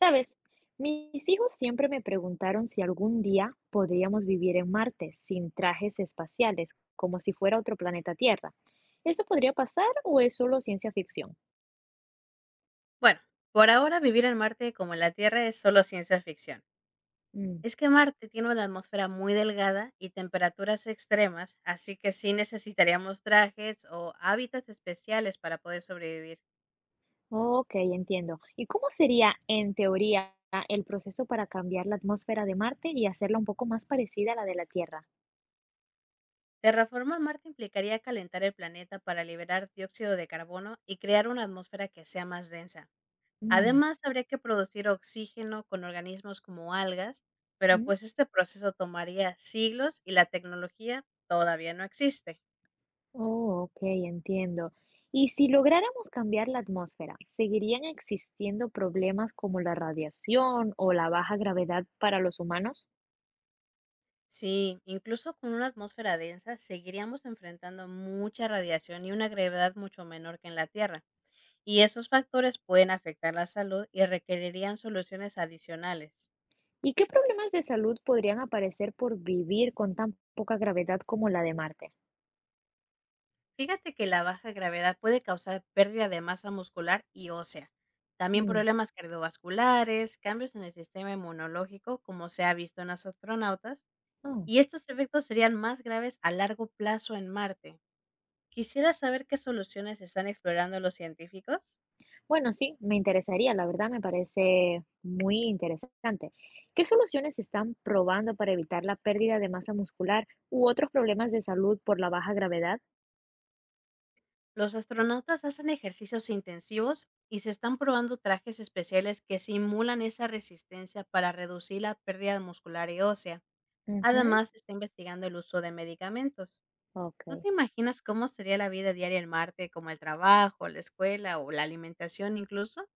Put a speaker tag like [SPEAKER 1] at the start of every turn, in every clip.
[SPEAKER 1] Sabes, mis hijos siempre me preguntaron si algún día podríamos vivir en Marte sin trajes espaciales, como si fuera otro planeta Tierra. ¿Eso podría pasar o es solo ciencia ficción?
[SPEAKER 2] Bueno, por ahora vivir en Marte como en la Tierra es solo ciencia ficción.
[SPEAKER 1] Mm,
[SPEAKER 2] Es que Marte tiene una atmósfera muy delgada y temperaturas extremas, así que sí necesitaríamos trajes o hábitats especiales para poder sobrevivir.
[SPEAKER 1] ok, entiendo. ¿Y cómo sería, en teoría, el proceso para cambiar la atmósfera de Marte y hacerla un poco más parecida a la de la Tierra?
[SPEAKER 2] Terraformar Marte implicaría calentar el planeta para liberar dióxido de carbono y crear una atmósfera que sea más densa.
[SPEAKER 1] Mm,
[SPEAKER 2] Además, habría que producir oxígeno con organismos como algas, pero
[SPEAKER 1] mm.
[SPEAKER 2] pues este proceso tomaría siglos y la tecnología todavía no existe.
[SPEAKER 1] Oh, ok, entiendo. Y si lográramos cambiar la atmósfera, ¿seguirían existiendo problemas como la radiación o la baja gravedad para los humanos?
[SPEAKER 2] Sí, incluso con una atmósfera densa, seguiríamos enfrentando mucha radiación y una gravedad mucho menor que en la Tierra, y esos factores pueden afectar la salud y requerirían soluciones adicionales.
[SPEAKER 1] ¿Y qué problemas de salud podrían aparecer por vivir con tan poca gravedad como la de Marte?
[SPEAKER 2] Fíjate que la baja gravedad puede causar pérdida de masa muscular y ósea, también
[SPEAKER 1] Mm,
[SPEAKER 2] problemas cardiovasculares, cambios en el sistema inmunológico, como se ha visto en los astronautas,
[SPEAKER 1] oh.
[SPEAKER 2] y estos efectos serían más graves a largo plazo en Marte. Quisiera saber qué soluciones están explorando los científicos.
[SPEAKER 1] Bueno, sí, me interesaría, la verdad me parece muy interesante. ¿Qué soluciones están probando para evitar la pérdida de masa muscular u otros problemas de salud por la baja gravedad?
[SPEAKER 2] Los astronautas hacen ejercicios intensivos y se están probando trajes especiales que simulan esa resistencia para reducir la pérdida muscular y ósea.
[SPEAKER 1] Ujú,
[SPEAKER 2] Además, se está investigando el uso de medicamentos.
[SPEAKER 1] ok.
[SPEAKER 2] ¿Tú te imaginas cómo sería la vida diaria en Marte, como el trabajo, la escuela o la alimentación incluso?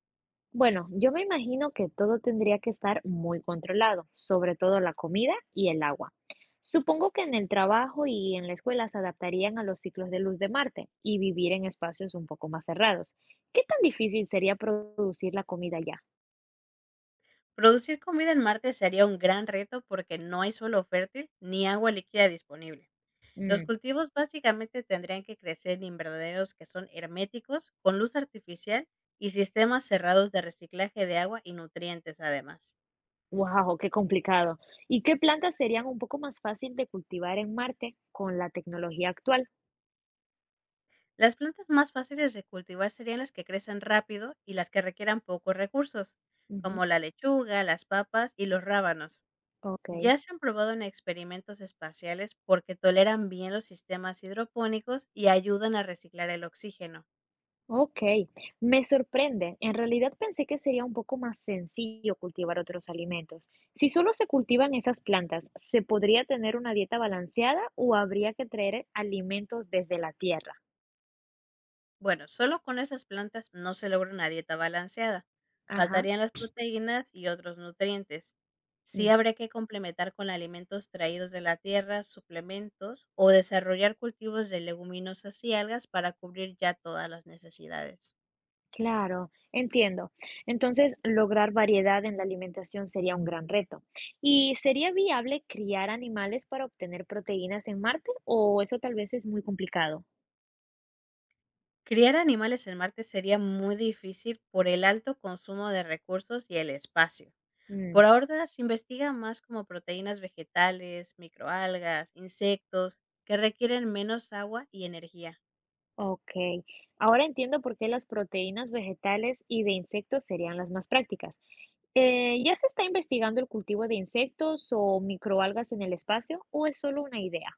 [SPEAKER 1] Bueno, yo me imagino que todo tendría que estar muy controlado, sobre todo la comida y el agua. Supongo que en el trabajo y en la escuela se adaptarían a los ciclos de luz de Marte y vivir en espacios un poco más cerrados. ¿Qué tan difícil sería producir la comida allá?
[SPEAKER 2] Producir comida en Marte sería un gran reto porque no hay suelo fértil ni agua líquida disponible. Los
[SPEAKER 1] Mm,
[SPEAKER 2] cultivos básicamente tendrían que crecer en invernaderos que son herméticos, con luz artificial y sistemas cerrados de reciclaje de agua y nutrientes además.
[SPEAKER 1] wow, qué complicado. ¿Y qué plantas serían un poco más fácil de cultivar en Marte con la tecnología actual?
[SPEAKER 2] Las plantas más fáciles de cultivar serían las que crecen rápido y las que requieran pocos recursos,
[SPEAKER 1] Ujú,
[SPEAKER 2] como la lechuga, las papas y los rábanos.
[SPEAKER 1] ok.
[SPEAKER 2] Ya se han probado en experimentos espaciales porque toleran bien los sistemas hidropónicos y ayudan a reciclar el oxígeno.
[SPEAKER 1] Okey, me sorprende. En realidad pensé que sería un poco más sencillo cultivar otros alimentos. Si solo se cultivan esas plantas, ¿se podría tener una dieta balanceada o habría que traer alimentos desde la tierra?
[SPEAKER 2] Bueno, solo con esas plantas no se logra una dieta balanceada.
[SPEAKER 1] Ajá,
[SPEAKER 2] Faltarían las proteínas y otros nutrientes. Sí
[SPEAKER 1] mm,
[SPEAKER 2] habría que complementar con alimentos traídos de la tierra, suplementos o desarrollar cultivos de leguminosas y algas para cubrir ya todas las necesidades.
[SPEAKER 1] claro, entiendo. Entonces, lograr variedad en la alimentación sería un gran reto. ¿Y sería viable criar animales para obtener proteínas en Marte o eso tal vez es muy complicado?
[SPEAKER 2] Criar animales en Marte sería muy difícil por el alto consumo de recursos y el espacio. Por
[SPEAKER 1] Mm.
[SPEAKER 2] ahora se investiga más como proteínas vegetales, microalgas, insectos, que requieren menos agua y energía.
[SPEAKER 1] Ok, ahora entiendo por qué las proteínas vegetales y de insectos serían las más prácticas. ¿Ya se está investigando el cultivo de insectos o microalgas en el espacio o es solo una idea?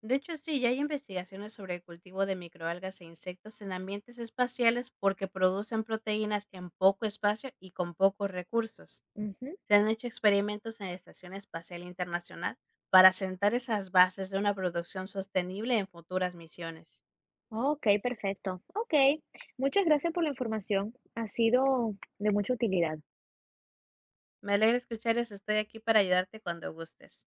[SPEAKER 2] De hecho, sí, ya hay investigaciones sobre el cultivo de microalgas e insectos en ambientes espaciales porque producen proteínas en poco espacio y con pocos recursos.
[SPEAKER 1] Ujú.
[SPEAKER 2] Se han hecho experimentos en la Estación Espacial Internacional para sentar esas bases de una producción sostenible en futuras misiones.
[SPEAKER 1] Ok, perfecto. Ok, muchas gracias por la información. Ha sido de mucha utilidad.
[SPEAKER 2] Me alegra escuchar eso. Estoy aquí para ayudarte cuando gustes.